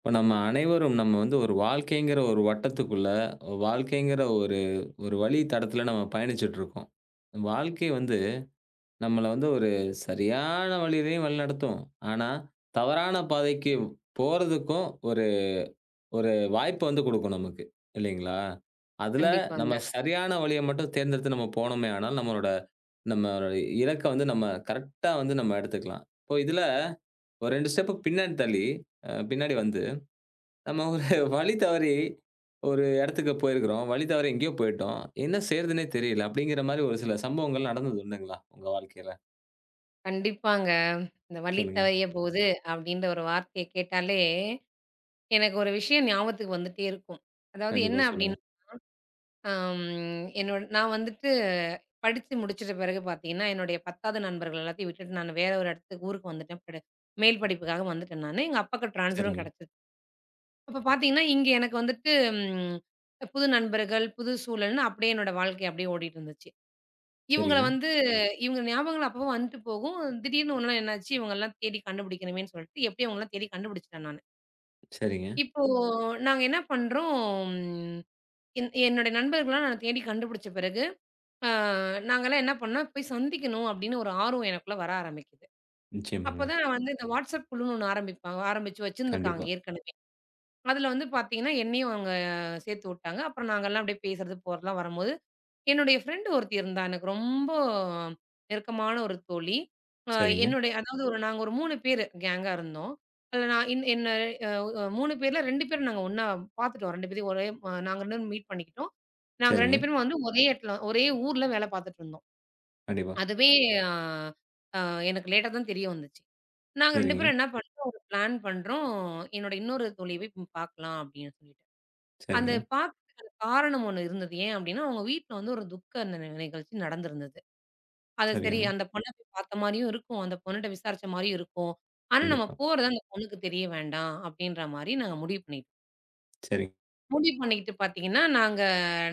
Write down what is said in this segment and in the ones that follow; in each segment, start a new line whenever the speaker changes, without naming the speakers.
இப்ப நம்ம அனைவரும் நம்ம வந்து ஒரு வாழ்க்கைங்கிற ஒரு ஒரு வழி தடத்தில நம்ம பயணிச்சுட்டுருக்கோம். வாழ்க்கை வந்து நம்மள வந்து ஒரு சரியான வழியிலயும் வழிநடத்தும். ஆனா, தவறான பாதைக்கு போறதுக்கும் ஒரு ஒரு வாய்ப்ப வந்து குடுக்கும் நமக்கு. இல்லைங்களா? அதுல
கண்டிப்பாங்க.
நம்ம சரியான வழிய மட்டும் தேர்ந்தெடுத்து நம்ம போனோமே ஆனால், நம்மளோட நம்மளோட இலக்க வந்து நம்ம கரெக்ட்டா வந்து நம்ம எடுத்துக்கலாம். இப்போ இதுல ஒரு 2 ஸ்டெப் பின்னாடி தள்ளி, பின்னாடி வந்து நம்ம ஒரு வழி தவறி ஒரு இடத்துக்கு போயிருக்கிறோம். வழி தவறி எங்கேயோ போயிட்டோம். என்ன செய்றதுன்னே தெரியல. அப்படிங்கிற மாரி ஒரு சில சம்பவங்கள் நடந்தது உண்டுங்களா? உங்க வாழ்க்கையில?
கண்டிப்பாங்க. இந்த "வழி
சொல்லுங்க.
தவறிய போது" அப்படின்ற ஒரு வார்த்தைய கேட்டாலே, எனக்கு ஒரு விஷயம் ஞாபகத்துக்கு வந்துட்டே இருக்கும். அதாவது என்ன
கண்டிப்பா சொல்லுங்க.
அப்படின்னா, அம் என்னோட நான் வந்துட்டு படிச்சு முடிச்சுட்ட பிறகு பார்த்தீங்கன்னா, என்னுடைய 10வது நண்பர்கள் எல்லாத்தையும் விட்டுட்டு நான் வேற ஒரு இடத்துக்கு ஊருக்கு வந்துட்டேன். மேல் படிப்புக்காக வந்துட்டேன் நானு. எங்க அப்பாவுக்கு ட்ரான்ஸ்ஃபரும்
சரிங்க,
கிடைச்சது. அப்ப பார்த்தீங்கன்னா, இங்க எனக்கு வந்துட்டு ம் புது நண்பர்கள், புது சூழல்ன்னு அப்படியே என்னோட வாழ்க்கை அப்படியே ஓடிட்டு இருந்துச்சு. இவங்கள
சரிங்க,
வந்து இவங்க ஞாபகங்கள் அப்பப்போ வந்துட்டு போகும். திடீர்னு ஒரு நாள் என்னாச்சு, இவங்கலாம் தேடி கண்டுபிடிக்கணுமேன்னு சொல்லிட்டு, எப்படியோ அவங்களலாம் தேடி கண்டுபிடிச்சுட்டேன் நானு.
சரிங்க.
இப்போ நாங்க என்ன பண்றோம், ம், என்னுடைய நண்பர்கள்லாம் நான் தேடி கண்டுபிடிச்ச பிறகு, அ நாங்கலாம் என்ன பண்ணோம், போய் சந்திக்கணும் அப்படின்னு ஒரு ஆர்வம் எனக்குள்ள வர ஆரம்பிக்குது.
நிச்சயமாங்க.
அப்பதான் நான் வந்து இந்த WhatsApp குழுன்னு ஒண்ணு ஆரம்பிச்சு வச்சிருந்திருக்காங்க
கண்டிப்பா.
ஏற்கனவே. அதுல வந்து பாத்தீங்கன்னா, என்னையும் அவங்க சேர்த்து வுட்டாங்க. அப்புறம் நாங்கலாம் அப்படியே பேசுறது, போறதலாம் வரும்போது, என்னுடைய ஃப்ரெண்ட் ஒருத்தி இருந்தா, எனக்கு ரொம்ப நெருக்கமான ஒரு தோழி. அ
சரிங்க,
என்னுடைய அதாவது ஒரு நாங்க ஒரு 3 பேரு கேங்கா இருந்தோம். அதுல நான் என் என்ன அ 3 பேர்ல 2 பேரும் நாங்க ஒண்ணா பாத்துட்டோம். 2 பேரையும் ஒரே அ நாங்க 2 பேரும் மீட் பண்ணிக்கிட்டோம். நாங்க 2
சரிங்க.
பேரும் வந்து ஒரே இடத்துல, ஒரே ஊர்ல வேல பாத்துட்டு இருந்தோம்.
கண்டிப்பா.
அதுவே அ அ எனக்கு லேட்டா தான் தெரிய வந்துச்சு. நாங்க 2
சரிங்க,
பேரும் என்ன பண்றோம், ஒரு பிளான் பண்றோம். என்னோட இன்னொரு தோழிய போய் பார்க்கலாம் அப்படின்னு சொல்லிட்டு. அந்த
சரிங்க,
பார்க்கிறதுக்கான காரணம் ஒண்ணு இருந்தது. ஏன் அப்படின்னா, அவங்க வீட்ல வந்து ஒரு துக்க நிகழ்ச்சி நடந்திருந்தது. அது சரி
சரிங்க.
அந்த பொண்ண போய் பார்த்த மாரியும் இருக்கும். அந்த பொண்ணுட்ட விசாரிச்ச மாரியும் இருக்கும். ஆனா நம்ம
கண்டிப்பா.
போறது அந்த பொண்ணுக்கு தெரிய வேண்டாம் அப்படின்ற மாரி நாங்க முடிவு பண்ணிட்டோம்.
சரி,
முடிவு பண்ணிக்கிட்டு பார்த்தீங்கன்னா, நாங்க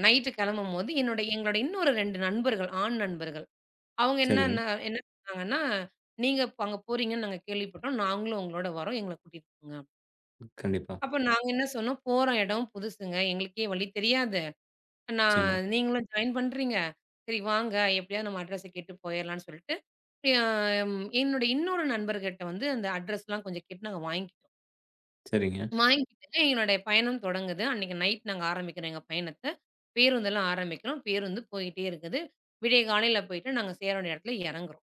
நைட்டு கிளம்பும்போது எங்களோட இன்னொரு 2 நண்பர்கள், ஆண் நண்பர்கள். அவங்க
சரிங்க.
என்ன சொன்னாங்கன்னா, "நீங்க இப்ப அங்க போறீங்கன்னு நாங்க கேள்விப்பட்டோம். நாங்களும் உங்களோட வரோம். எங்கள கூட்டிட்டு போங்க."
கண்டிப்பா.
அப்ப நாங்க என்ன சொன்னோம், போற இடம் புதுசுங்க. எங்களுக்கே வழி தெரியாது.
நிச்சயமா.
நான் நீங்களும் ஜாயின் பண்றீங்க. சரி வாங்க, எப்படியாவது நம்ம அட்ரஸ கேட்டு போயிரலாம்ன்னு சொல்லிட்டு, அ என்னோட இன்னொரு நண்பர்கிட்ட வந்து அந்த அட்ரஸ்லாம் கொஞ்சம் கேட்டு நாங்க வாங்கிக்கிட்டோம்.
சரிங்க,
வாங்கிக்கிட்டு எங்களுடைய பயணம் தொடங்குது. அன்னைக்கு நைட் நாங்க ஆரம்பிக்கிறோம் எங்க பயணத்த. பேருந்தெல்லாம் ஆரம்பிக்கிறோம். பேருந்து போயிட்டே இருக்குது. விடிய காலையில போயிட்டு நாங்க சேர வேண்டிய இடத்துல இறங்குறோம்.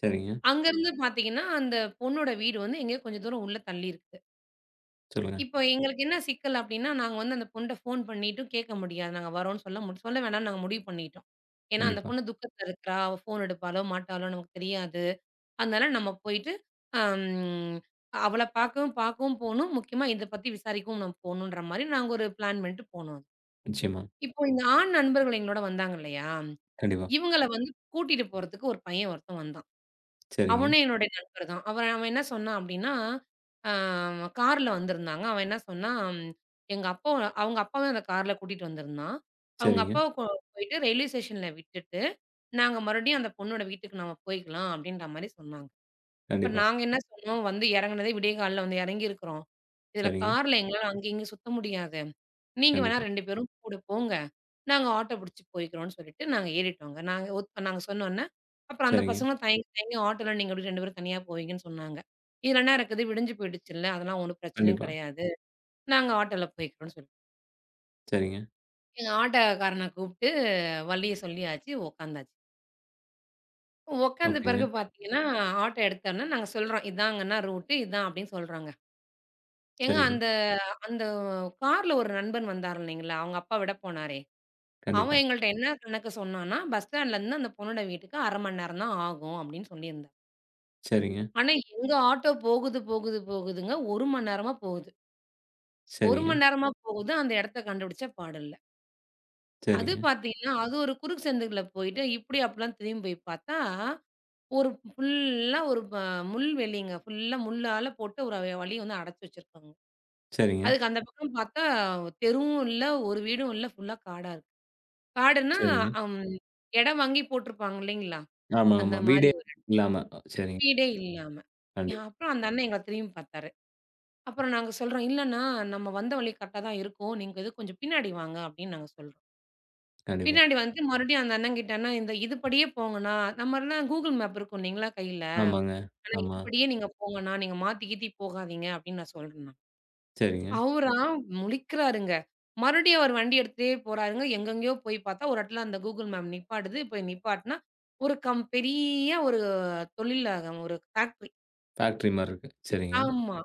சரிங்க.
அங்கருந்து பார்த்தீங்கன்னா, அந்த பொண்ணோட வீடு வந்து எங்கேயோ கொஞ்சம் தூரம் உள்ள தள்ளி இருக்கு.
சொல்லுங்க.
இப்போ எங்களுக்கு என்ன சிக்கல் அப்டின்னா, நாங்க வந்து அந்த பொண்ணுட்ட ஃபோன் பண்ணிட்டும் கேட்க முடியாது. நாங்க வரோம்ன்னு சொல்ல வேணாம்னு நாங்க முடிவு பண்ணிட்டோம். ஏன்னா, அந்த
கண்டிப்பா.
பொண்ணு துக்கத்துல இருக்கிறா. அவ ஃபோன் எடுப்பாளோ, மாட்டாளோ நமக்கு தெரியாது. அதனால நம்ம போயிட்டு அம் அவள பார்க்கவும் பார்க்கவும் போணும். முக்கியமா இத பத்தி விசாரிக்கவும் நம்ம போணுன்ற மாரி நாங்க ஒரு பிளான் பண்ணிட்டு போனோம்.
நிச்சயமா.
இப்போ இந்த ஆண் நண்பர்கள் எங்களோட வந்தாங்க இல்லையா?
கண்டிப்பா.
இவங்கள வந்து கூட்டிட்டு போறதுக்கு ஒரு பையன் ஒருத்தன் வந்தான்.
சரிங்க,
அவனும் என்னுடைய நண்பர் தான். அவன் அவன் என்ன சொன்னான் அப்டின்னா, அ கார்ல வந்திருந்தாங்க. அவன் என்ன சொன்னான், எங்க அப்பா அவங்க அப்பாவ அந்த கார்ல கூட்டிட்டு வந்திருந்தான். அவங்க
சரிங்க.
அப்பாவ கொ போயிட்டு ரயில்வே ஸ்டேஷன்ல விட்டுட்டு, நாங்க மறுபடியும் அந்த பொண்ணோட வீட்டுக்கு நம்ம போய்க்கலாம் அப்டின்ற மாரி சொன்னாங்க. இப்ப
கண்டிப்பா.
நாங்க என்ன சொன்னோம், வந்து இறங்குனதே விடியகாலைல வந்து இறங்கியிருக்கிறோம். இதுல
சரிங்க,
கார்ல எங்களால அங்கேயும் இங்கேயும் சுத்த முடியாது. நீங்க வேணா
கண்டிப்பா.
2 பேரும் கூட போங்க. நாங்க ஆட்டோ புடிச்சு போய்க்கிறோம்ன்னு சொல்லிட்டு நாங்க ஏறிட்டோங்க. நாங்க சொன்னோனே, அப்புறம் அந்த
சரிங்க,
பசங்களும் தயங்கி தயங்கி ஆட்டோல நீங்க எப்படி 2 பேரும் தனியா போவீங்கன்னு சொன்னாங்க. இதுல என்ன இருக்குது விடிஞ்சு போயிடுச்சுல்ல, அதெல்லாம் ஒண்ணும் பிரச்சனையும்
கண்டிப்பா.
கிடையாது. நாங்க ஆட்டோல போய்க்கிறோம்ன்னு சொல்லி
சரிங்க.
எங்க ஆட்டோக்காரன கூப்பிட்டு வழிய சொல்லியாச்சு உட்காந்தாச்சு. உட்காந்த பிறகு
ஓகேங்க.
பார்த்தீங்கன்னா, ஆட்டோ எடுத்தோனே நாங்க சொல்றோம், "இதாங்கன்னா ரூட்டு, இதான்" அப்படின்னு சொல்றோங்க. ஏங்க
சரிங்க.
அந்த அந்த கார்ல ஒரு நண்பன் வந்தாரு இல்லைங்களா? அவங்க அப்பா விட போனாரே!
கண்டிப்பா.
அவன் எங்கள்ட்ட என்ன கணக்கு சொன்னான்னா, பஸ் ஸ்டாண்ட்லேருந்து அந்த பொண்ணோட வீட்டுக்கு 1/2 மணி நேரம் தான் ஆகும் அப்டின்னு சொல்லியிருந்தான்.
சரிங்க,
ஆனா, எங்க ஆட்டோ போகுது, போகுது, போகுதுங்க. 1 மணி நேரமா போகுது. 1
சரிங்க,
மணி நேரமா போகுது. அந்த இடத்த கண்டுபிடிச்சா பாடில்ல. அது
சரிங்க,
பார்த்தீங்கன்னா, அது ஒரு குறுக்கு சந்துக்குள்ள போயிட்டு, இப்டி அப்டிலாம் திரும்பி போய் பார்த்தா, ஒரு ஃபுல்லா ஒரு ப முள்வெளிங்க. ஃபுல்லா முள்ளால போட்டு ஒரு வழிய வந்து அடைச்சு வச்சிருக்காங்க.
சரிங்க,
அதுக்கு அந்த பக்கம் பார்த்தா தெருவும் இல்ல, ஒரு வீடும் இல்ல. ஃபுல்லா காடா இருக்கு. காடுன்னா,
சரிங்க.
அம் இடம் வாங்கி போட்டிருப்பாங்க இல்லைங்களா?
ஆமா,
அந்த
ஆமா.
மாரி
வீடே
ஒரு
இல்லாம. சரிங்க.
வீடே இல்லாம. ஏன்,
கண்டிப்பா,
அப்புறம் அந்த அண்ணன் எங்கள திரும்பி பார்த்தாரு. அப்புறம் நாங்க சொல்றோம், "இல்லண்ணா, நம்ம வந்த வழி கரெக்ட்டா தான் இருக்கும். நீங்க இது கொஞ்சம் பின்னாடி வாங்க" அப்படின்னு நாங்க சொல்றோம்.
கண்டிப்பா.
பின்னாடி வந்து மறுபடியும் அந்த அண்ணன்கிட்ட, "அண்ணா, இந்த இதுபடியே போங்கண்ணா" நம்மலாம் கூகுள் மேப் இருக்கும் இல்லைங்களா கையில?
ஆமாங்க.
"ஆனா
ஆமா.
இதுபடியே நீங்க போங்கண்ணா. நீங்க மாத்தி கீத்தி போகாதீங்க" அப்படின்னு நான் சொல்றேன்.
சரிங்க.
அவரா முழிக்கிறாருங்க. மறுபடியும் அவர் வண்டி எடுத்துட்டே போறாருங்க. எங்கெங்கேயோ போய் பார்த்தா, ஒரு இடத்துல அந்த கூகுள் மேப் நிப்பாட்டுது. போய் நிப்பாட்டுனா, ஒரு கம் பெரிய ஒரு தொழிலகம், ஒரு ஃபேக்ட்ரி.
ஃபேக்டரி மாரி இருக்கு. சரிங்க.
ஆமா.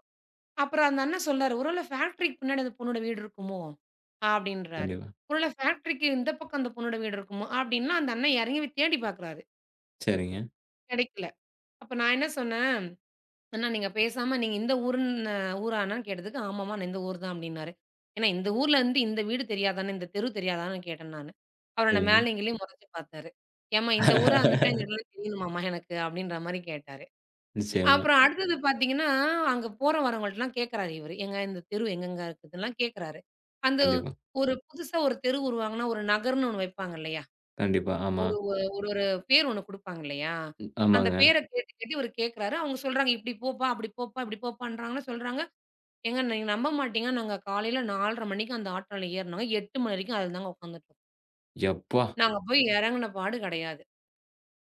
அப்புறம் அந்த அண்ணன் சொல்றாரு, "ஒருவேள ஃபேக்ட்ரிக்கு பின்னாடி அந்த பொண்ணோட வீடு இருக்குமோ?" அப்படின்றாரு.
கண்டிப்பா.
"ஒருவேள ஃபேக்ட்ரிக்கு இந்த பக்கம் அந்த பொண்ணோட வீடு இருக்குமோ?" அப்படின்னா, அந்த அண்ணன் இறங்கி தேடி பார்க்குறாரு.
சரிங்க,
கிடைக்கல. அப்ப நான் என்ன சொன்னேன் ஆனா, நீங்க பேசாம நீங்க இந்த ஊருன்னு ஊரான்னான்னு கேட்டதுக்கு, "ஆமாம்மா நான் இந்த ஊர் தான்" அப்டின்னாரு. ஏன்னா இந்த ஊர்ல இருந்து இந்த வீடு தெரியாதான்னு, இந்த தெரு தெரியாதான்னு கேட்டேன் நானு. அவரு என்ன
சரிங்க.
மேலயும் கீழயும் மொறச்சு பார்த்தாரு. "ஏம்மா இந்த ஊரா இருந்துட்டா இந்த இடம்லாம் தெரியணுமாம்மா எனக்கு" அப்டின்ற மாரி கேட்டாரு.
நிச்சயமா.
அப்புறம் அடுத்தது பார்த்தீங்கன்னா, அங்க போற வரவங்கள்ட்டலாம் கேட்கறாரு இவரு. "ஏங்க இந்த தெரு எங்கங்க இருக்குதுன்லாம் கேட்கறாரு. அந்த
கண்டிப்பா,
ஒரு புதுசா ஒரு தெரு உருவாங்கன்னா, ஒரு நகர்ன்னு ஒண்ணு வைப்பாங்க இல்லையா?
கண்டிப்பா. ஆமா.
ஒரு ஒரு பேர் ஒண்ணு குடுப்பாங்க இல்லையா?
ம்.
அந்த
ஆமாங்க.
பேர கேட்டு, கேட்டு இவரு கேட்கிறாரு. அவங்க சொல்றாங்க, "இப்படி போப்பா, அப்படி போப்பா, இப்படி போப்பான்றாங்கன்னு" சொல்றாங்க. ஏங்க நீங்க நம்ப மாட்டீங்க. நாங்க காலையில 4:30 மணிக்கு அந்த ஆட்டோல ஏறுனோங்க. 8 மணி வரைக்கும் அதுல தாங்க உட்காந்துட்டோம்.
எப்பா!
நாங்க போய் இறங்குன பாடு கிடையாது.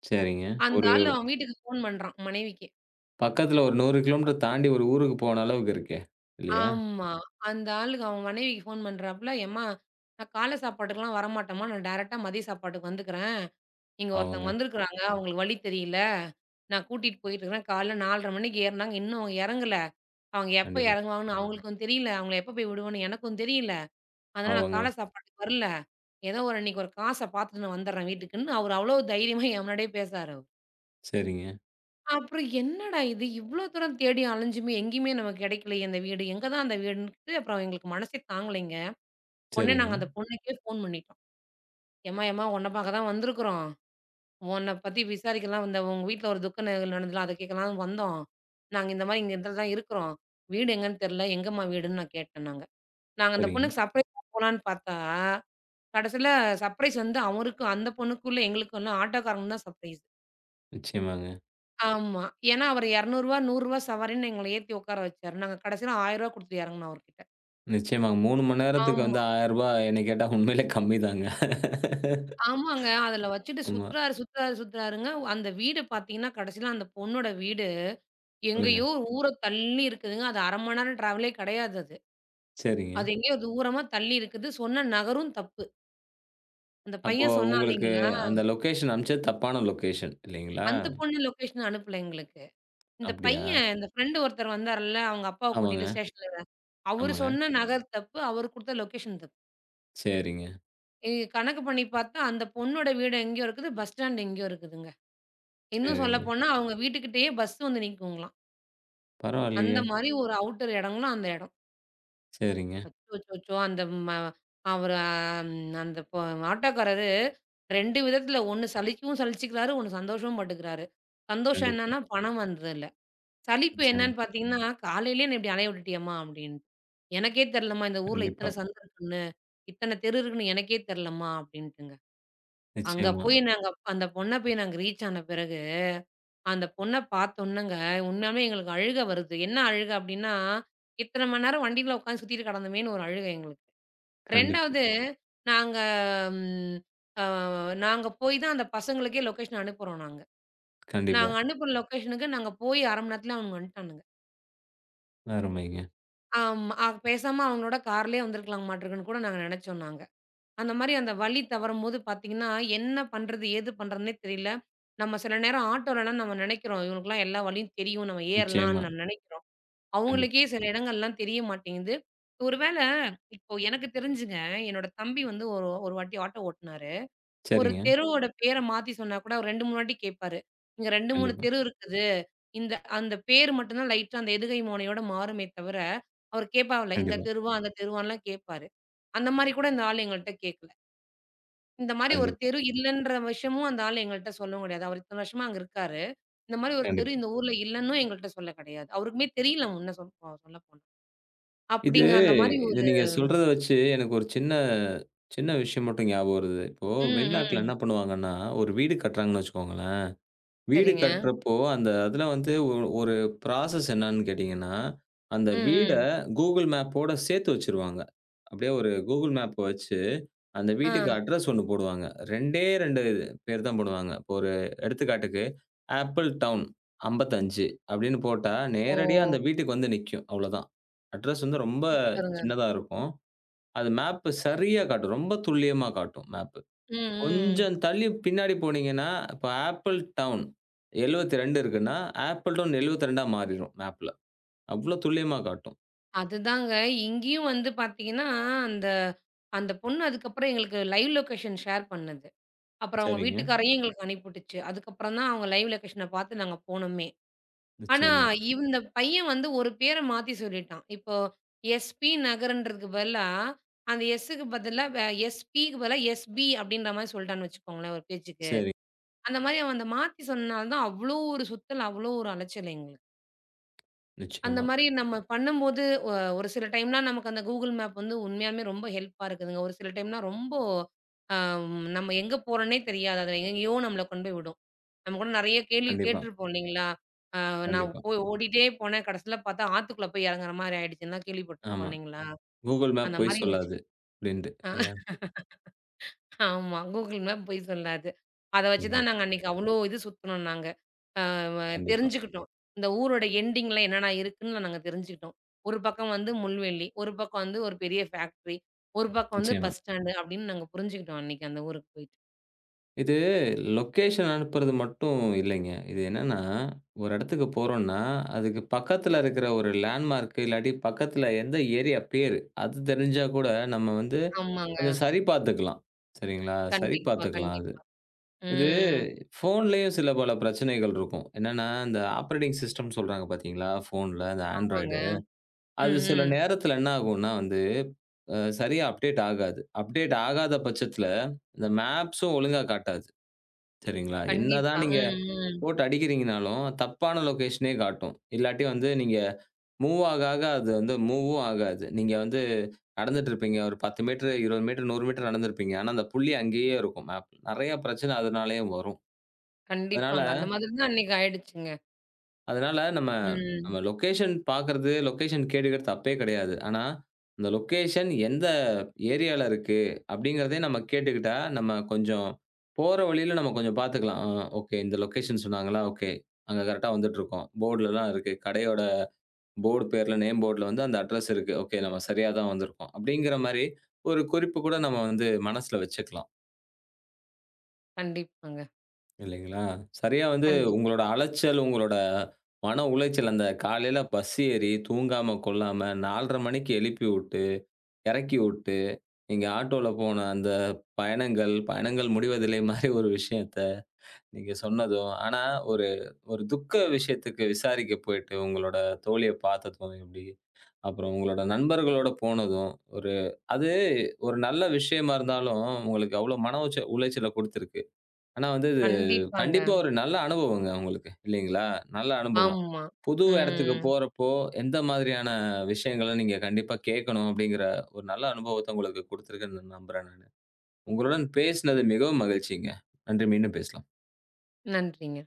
சரிங்க.
அந்த
ஒரு
ஆளு அவன் வீட்டுக்கு ஃபோன் பண்றான், மனைவிக்கு.
பக்கத்துல ஒரு 100 கிலோமீட்டர் தாண்டி ஒரு ஊருக்கு போன அளவுக்கு இருக்கே! இல்லையா?
ஆமா. அந்த ஆளுக்கு அவன் மனைவிக்கு ஃபோன் பண்றாப்புல, "எம்மா நான் காலை சாப்பாட்டுக்கெல்லாம் வரமாட்டேம்மா. நான் டைரக்ட்டா மதிய சாப்பாட்டுக்கு வந்துக்கிறேன்." இங்க ஒருத்தவங்க
ஆமாங்க.
வந்திருக்கிறாங்க. அவங்களுக்கு வழி தெரியல. நான் கூட்டிட்டு போயிட்டுருக்கிறேன். காலைல 4:30 மணிக்கு ஏறுனாங்க. இன்னும் அவங்க எறங்கல. அவங்க எப்ப
கண்டிப்பா.
எறங்குவாங்கன்னு அவங்களுக்கும் தெரியல. அவங்கள எப்ப போய் விடுவேன்னு எனக்கும் தெரியல. அதனால நான் கால
ஆமாங்க.
சாப்பாட்டுக்கு வரல. ஏதோ ஒரு அன்னைக்கு ஒரு காச பாத்துட்டு நான் வந்துர்றேன் வீட்டுக்குன்னு அவரு அவ்ளோ தைரியமா என் முன்னாடியே பேசாரு அவரு.
சரிங்க,
அப்புறம் என்னடா இது இவ்ளோ தூரம் தேடி அலைஞ்சுமே எங்கேயுமே நமக்கு கெடைக்கலையே அந்த வீடு. எங்க தான் அந்த வீடுன்ட்டு அப்புறம் எங்களுக்கு மனசே தாங்கலைங்க. உடனே
சரிங்க,
நாங்க அந்த பொண்ணுக்கே ஃபோன் பண்ணிட்டோம். "ஏம்மா, உன்ன பாக்க தான் வந்திருக்கிறோம். உன்ன பத்தி விசாரிக்கலாம் வந்தேன். உங்க வீட்ல ஒரு துக்க நிகழ்வு நடந்ததுல அத கேட்கலான்னு வந்தோம். நாங்க இந்த மாரி இங்க இடத்துல தான் இருக்கிறோம். வீடு எங்கன்னு தெரியல. எங்கம்மா வீடுன்னு நான் கேட்டேன் நாங்க. நாங்க அந்த
சரிங்க.
பொண்ணுக்கு சர்ப்ரைஸா போலான்னு பார்த்தா, கடைசியில சர்ப்ரைஸ் வந்து அவருக்கும் அந்த பொண்ணுக்கும் இல்ல எங்களுக்கும் இல்ல. ஆட்டோக்காரங்க தான் சர்ப்ரைஸ்.
நிச்சயமாங்க.
ஆமா. ஏன்னா அவரு ரூ. 200 100 சவாரின்னு எங்கள ஏத்தி உட்கார வச்சாரு. நாங்க கடைசியில ரூ. 1000 குடுத்து இறங்குனோம் அவர்கிட்ட.
நிச்சயமாங்க. 3 மணி நேரத்துக்கு
ஆமா.
வந்து ரூ. 1000 என்னை கேட்டா உண்மையிலே கம்மிதாங்க.
ஆமாங்க. அதுல வச்சுட்டு
ஆமா.
சுத்துறாரு, சுத்துறாரு, சுத்துறாருங்க. அந்த வீடு பார்த்தீங்கன்னா, கடைசியில அந்த பொண்ணோட வீடு.
சொல்லுங்க.
எங்கேயோ ஒரு ஊர தள்ளி இருக்குதுங்க. அது 1/2 மணி நேரம் ட்ராவலே கிடையாது அது.
சரிங்க.
அது எங்கேயோ அது தூரமா தள்ளி இருக்குது. சொன்ன நகரும் தப்பு. அந்த
அப்போ
பையன் சொன்னான்
உங்களுக்கு
இல்லைங்களா?
அந்த லொகேஷன் அனுப்பிச்சது தப்பான லொகேஷன் இல்லைங்களா?
அந்த பொண்ணு லொகேஷன் அனுப்பல எங்களுக்கு. இந்த
அப்படியா?
பையன் இந்த ஃப்ரெண்ட் ஒருத்தர் வந்தார்ல, அவங்க அப்பாவ
ஆமாங்க,
கூட்டிட்டு ஸ்டேஷன்ல. அவரு
ஆமாங்க.
சொன்ன நகர் தப்பு. அவரு குடுத்த லொகேஷன் தப்பு.
சரிங்க,
எ கணக்கு பண்ணி பார்த்தா, அந்த பொண்ணோட வீடு எங்கேயோ இருக்குது. பஸ் ஸ்டாண்ட் எங்கேயோ இருக்குதுங்க. இன்னும்
சரிங்க.
சொல்லப்போனா அவங்க வீட்டுக்கிட்டயே பஸ் வந்து நிக்குங்களாம். அந்த
பரவாயில்லையே!
மாரி ஒரு அவுட்டர் இடங்களாம் அந்த இடம்.
சரிங்க.
அச்சோச்சோ! அந்த ம அவரு அம் அந்த பொ ஆட்டோக்காரரு 2 விதத்துல ஒண்ணு சலிக்கவும் சலிச்சுக்கிறாரு, ஒண்ணு சந்தோஷமும் பட்டுக்கிறாரு. சந்தோஷம்
கண்டிப்பா.
என்னன்னா, பணம் வந்ததுல. சலிப்பு
நிச்சயமா.
என்னன்னு பார்த்தீங்கன்னா, "காலையிலயே என்ன இப்படி அலைய விட்டுட்டியேம்மா" அப்படின்னு. "எனக்கே தெரியலம்மா இந்த ஊர்ல
கண்டிப்பா.
இத்தன சந்து இருக்குன்னு, இத்தன தெரு இருக்குன்னு எனக்கே தெரியலம்மா" அப்படின்ட்டுங்க. அங்க
நிச்சயமா.
போய் நாங்க அந்த பொண்ண போய் நாங்க ரீச் ஆன பிறகு, அந்த பொண்ண பார்த்தோன்னங்க, உண்மையாலுமே எங்களுக்கு அழுகை வருது. என்ன அழுகை அப்படின்னா, இத்தன மணி நேரம் வண்டியில உட்காந்து சுத்திட்டு கடந்தோமேன்னு ஒரு அழுகை எங்களுக்கு.
கண்டிப்பா.
2வது நாங்க ம் அ நாங்க போய் தான் அந்த பசங்களுக்கே லொகேஷன் அனுப்புறோம் நாங்க.
கண்டிப்பா.
நாங்க அனுப்புன லொகேஷனுக்கு நாங்க போய் 1/2 மணி நேரத்துல அவனுங்க வந்துட்டானுங்க.
அருமைங்க.
ஆமா. பேசாம அவங்களோட கார்லயே வந்திருக்கலாம் மாட்டுருக்குன்னு கூட நாங்க நெனச்சோம் நாங்க. அந்த மாரி அந்த வழி தவறும்போது பாத்தீங்கன்னா, என்ன பண்றது? ஏது பண்றதுன்னே தெரியல. நம்ம சில நேரம் ஆட்டோலலாம் நம்ம நெனைக்கிறோம், இவனுக்குலாம் எல்லா வழியும் தெரியும். நம்ம
நிச்சயமா.
ஏறலாம்ன்னு நம்ம நெனைக்கிறோம்.
கண்டிப்பா.
அவங்களுக்கே சில இடங்கள்லாம் தெரிய மாட்டேங்குது. ஒரு வேள இப்போ எனக்கு தெரிஞ்சுங்க, என்னோட தம்பி வந்து ஒரு ஒரு வாட்டி ஆட்டோ ஓட்டுனாரு. ஒரு
சரிங்க.
தெருவோட பேர மாத்தி சொன்னா கூட ஒரு 2, 3 வாட்டி கேட்பாரு. இங்க 2, 3
கண்டிப்பா,
தெரு இருக்குது. அந்த பேரு மட்டும் தான் லைட்டா அந்த எதுகை மோனையோட மாறுமே தவிர, அவர் கேட்பாவல. இந்த
கண்டிப்பா,
தெருவா? அந்த தெருவான்லாம் கேட்பாரு. அந்த மாரி கூட இந்த ஆள் எங்கள்ட்ட கேட்கல. இந்த மாரி ஒரு
கண்டிப்பா,
தெரு இல்லன்ற விஷயமும் அந்த ஆள் எங்கள்ட்ட சொல்லவும் கிடையாது. அவர் இத்தன வருஷமா அங்க இருக்காரு. இந்த மாரி ஒரு தெரு
கண்டிப்பா.
இந்த ஊர்ல இல்லன்னும் எங்கள்ட்ட சொல்ல கிடையாது. அவருக்குமே தெரியல முன்ன சொல் சொல்லப்போனா.
இது
அப்படிங்க அந்த மாரி
இது
ஒரு
நீங்க சொல்றத வச்சு எனக்கு ஒரு சின்ன சின்ன விஷயம் மட்டும் ஞாபகம் வருது. இப்போ
ம்,
வெளிநாட்ல
ம்.
என்ன பண்ணுவாங்கன்னா, ஒரு வீடு கட்டுறாங்கன்னு வச்சுக்கோங்களேன். வீடு
சரிங்க.
கட்டுறப்போ அந்த அதுல வந்து ஒரு ப்ராசஸ் என்னன்னு கேட்டீங்கன்னா, அந்த வீட
ம், ம்.
Google மேப்போட சேர்த்து வச்சுருவாங்க. அப்படியே ஒரு Google மேப் வச்சு அந்த
ஆ.
வீட்டுக்கு அட்ரஸ் ஒண்ணு போடுவாங்க. 2டே 2 பேர் தான் போடுவாங்க. இப்போ ஒரு எடுத்துக்காட்டுக்கு ஆப்பிள் டவுன் 55 அப்படின்னு போட்டா,
ஓ!
நேரடியா அந்த வீட்டுக்கு வந்து நிக்கும். அவ்வளோதான். அட்ரஸ் வந்து ரொம்ப
பாருங்க.
சின்னதா இருக்கும். அது மேப் சரியா காட்டும். ரொம்ப துல்லியமா காட்டும் மேப்.
ம்,
கொஞ்சம்
ம்.
தள்ளி பின்னாடி போனீங்கன்னா, இப்போ ஆப்பிள் டவுன் 72 இருக்குன்னா, ஆப்பிள் டவுன் 72ஆ மாறிரும் மேப்ல. அவ்வளோ துல்லியமா காட்டும்.
அதுதாங்க. இங்கேயும் வந்து பார்த்தீங்கன்னா, அந்த அந்த பொண்ணு அதுக்கப்புறம் எங்களுக்கு லைவ் லொகேஷன் ஷேர் பண்ணுது. அப்புறம் அவங்க
சரிங்க.
வீட்டுக்காரயும் எங்களுக்கு அனுப்பிவுட்டுச்சு. அதுக்கப்புறம் தான் அவங்க லைவ் லொகேஷன பார்த்து நாங்க போனோமே. ஆனா,
நிச்சயமா.
இந்த பையன் வந்து ஒரு பேர மாத்தி சொல்லிட்டான். இப்போ எஸ்.பி. நகர்ன்றதுக்கு பதிலா, அந்த எஸ்ஸுக்கு பதிலா வே எஸ்.பிக்கு பதிலா எஸ்.பி. அப்படின்ற மாரி சொல்ட்டான்னு வச்சுக்கோங்களேன் ஒரு பேச்சுக்கு.
சரி.
அந்த மாரி அவன் அந்த மாத்தி சொன்னனால தான் அவ்ளோ ஒரு சுத்தல், அவ்ளோ ஒரு அலைச்சல் எங்களுக்கு. அந்த
நிச்சயமா.
மாரி நம்ம பண்ணும்போது, ஒ ஒரு சில டைம்லாம் நமக்கு அந்த Google மேப் வந்து உண்மையாலுமே ரொம்ப ஹெல்ப்பா இருக்குதுங்க. ஒரு சில டைம்னா ரொம்ப அ நம்ம எங்க போறோன்னே தெரியாது. அது எங்கேயோ நம்மள கொண்டு போய் விடும். நம்ம கூட நெறைய கேள்வி
கண்டிப்பா,
கேட்டுருப்போம் இல்லைங்களா? அ நான்
கண்டிப்பா.
போய் ஓடிட்டே போனேன். கடைசில பார்த்தா ஆத்துக்குள்ள போய் இறங்குற மாரி ஆயிடுச்சுன்லாம் கேள்விப்பட்டுருப்போம்
ஆமா.
இல்லைங்களா?
கூகுள் மேப்
அந்த
பொய்
மாரி விஷ்
சொல்லாது அப்டின்ட்டு
அ.
இல்லையா?
ஆமா. Google மேப் பொய் சொல்லாது. அத வச்சு தான்
கண்டிப்பா.
நாங்க அன்னைக்கு அவ்ளோ இது சுத்துனோம் நாங்க. அ வ
கண்டிப்பா.
தெரிஞ்சுக்கிட்டோம். இந்த ஊரோட எண்டிங்ல என்னென்ன இருக்குன்னு நாங்க தெரிஞ்சுக்கிட்டோம். ஒரு பக்கம் வந்து முள்வெள்ளி, ஒரு பக்கம் வந்து ஒரு பெரிய ஃபேக்டரி, ஒரு பக்கம் வந்து
நிச்சயமா.
பஸ் ஸ்டாண்டு அப்டின்னு நாங்க புரிஞ்சுக்கிட்டோம் அன்னைக்கு அந்த ஊருக்கு போயிட்டு.
இது லொக்கேஷன் அனுப்புறது மட்டும் இல்லைங்க. இது என்னன்னா, ஒரு இடத்துக்கு போறோம்னா, அதுக்கு பக்கத்துல இருக்கிற ஒரு லேண்ட்மார்க் இல்லாட்டி பக்கத்துல எந்த ஏரியா பேரு, அது தெரிஞ்சா கூட நம்ம வந்து
ஆமாங்க.
கொஞ்சம் சரி பார்த்துக்கலாம். சரிங்களா? சரி
கண்டிப்பா,
பார்த்துக்கலாம் அது.
கண்டிப்பா.
இது
ம்.
ஃபோன்லயும் சில பல பிரச்சனைகள் இருக்கும். என்னன்னா, இந்த ஆப்பரேட்டிங் சிஸ்டம்னு சொல்றாங்க பார்த்தீங்களா? ஃபோன்ல இந்த
ஆமாங்க.
ஆண்ட்ராய்டு. அது
ம்,
சில
ம்.
நேரத்துல என்ன ஆகும்னா வந்து சரியா அப்டேட் ஆகாது. அப்டேட் ஆகாத பட்சத்துல, இந்த மேப்ஸும் ஒழுங்கா காட்டாது. சரிங்களா?
கண்டிப்பா.
என்னதான் நீங்க
ம், ம்.
போட்டு அடிக்கிறீங்கனாலும், தப்பான லொகேஷனே காட்டும். இல்லாட்டி வந்து நீங்க மூவ் ஆக, ஆக அது வந்து மூவும் ஆகாது. நீங்க வந்து நடந்துட்டு இருப்பீங்க. ஒரு 10 மீட்டர், 20 மீட்டர், 100 மீட்டர் நடந்திருப்பீங்க. ஆனா, அந்த புள்ளி அங்கேயே இருக்கும் மேப். நெறைய பிரச்சனை அதனாலேயே வரும். அதனால
கண்டிப்பாங்க. அந்த மாதிரி தான் அன்னைக்கு ஆயிடுச்சுங்க.
அதனால நம்ம
ம்.
நம்ம லொக்கேஷன் பார்க்கறது, லொக்கேஷன் கேட்டுக்கிறது தப்பே கிடையாது. ஆனா, அந்த லொக்கேஷன் எந்த ஏரியால இருக்கு அப்படிங்கிறதையும் நம்ம கேட்டுக்கிட்டா, நம்ம கொஞ்சம் போற வழியில நம்ம கொஞ்சம் பார்த்துக்கலாம். ஆ ஓகே இந்த லொக்கேஷன் சொன்னாங்களா? ஓகே. அங்க கரெக்ட்டா வந்துட்டுருக்கோம். போர்டுலலாம் இருக்கு. கடையோட போர்டு பேர்ல, நேம் போர்டுல வந்து அந்த அட்ரஸ் இருக்கு. ஓகே நம்ம சரியா தான் வந்திருக்கோம். அப்படிங்கிற மாரி ஒரு குறிப்பு கூட நம்ம வந்து மனசுல வச்சுக்கலாம்.
கண்டிப்பாங்க.
இல்லைங்களா? சரியா வந்து
கண்டி
உங்களோட அலைச்சல், உங்களோட மன உளைச்சல் அந்த காலையில பஸ் ஏறி, தூங்காம கொள்ளாம 4:30 மணிக்கு எழுப்பி விட்டு, இறக்கி விட்டு, நீங்க ஆட்டோல போன அந்த பயணங்கள், பயணங்கள் முடிவதில்லை மாரி ஒரு விஷயத்த நீங்க சொன்னதும், ஆனா ஒரு ஒரு துக்க விஷயத்துக்கு விசாரிக்க போயிட்டு உங்களோட தோழிய பார்த்ததும் எப்படி? அப்புறம் உங்களோட நண்பர்களோட போனதும், ஒரு அது ஒரு நல்ல விஷயமா இருந்தாலும் உங்களுக்கு அவ்வளோ மன உச்ச உளைச்சல குடுத்திருக்கு. ஆனா வந்து இது
கண்டிப்பாங்க.
கண்டிப்பா ஒரு நல்ல அனுபவங்க உங்களுக்கு. இல்லைங்களா? நல்ல அனுபவம்.
ஆமா.
புது இடத்துக்கு
ம்.
போறப்போ, எந்த மாதிரியான விஷயங்கள நீங்க கண்டிப்பா கேட்கணும் அப்படிங்கிற ஒரு நல்ல அனுபவத்த உங்களுக்கு குடுத்திருக்குன்னு நம்புறேன் நானு. உங்களுடன் பேசினது மிகவும் மகிழ்ச்சிங்க. நன்றி. மீண்டும் பேசலாம்.
நன்றிங்க.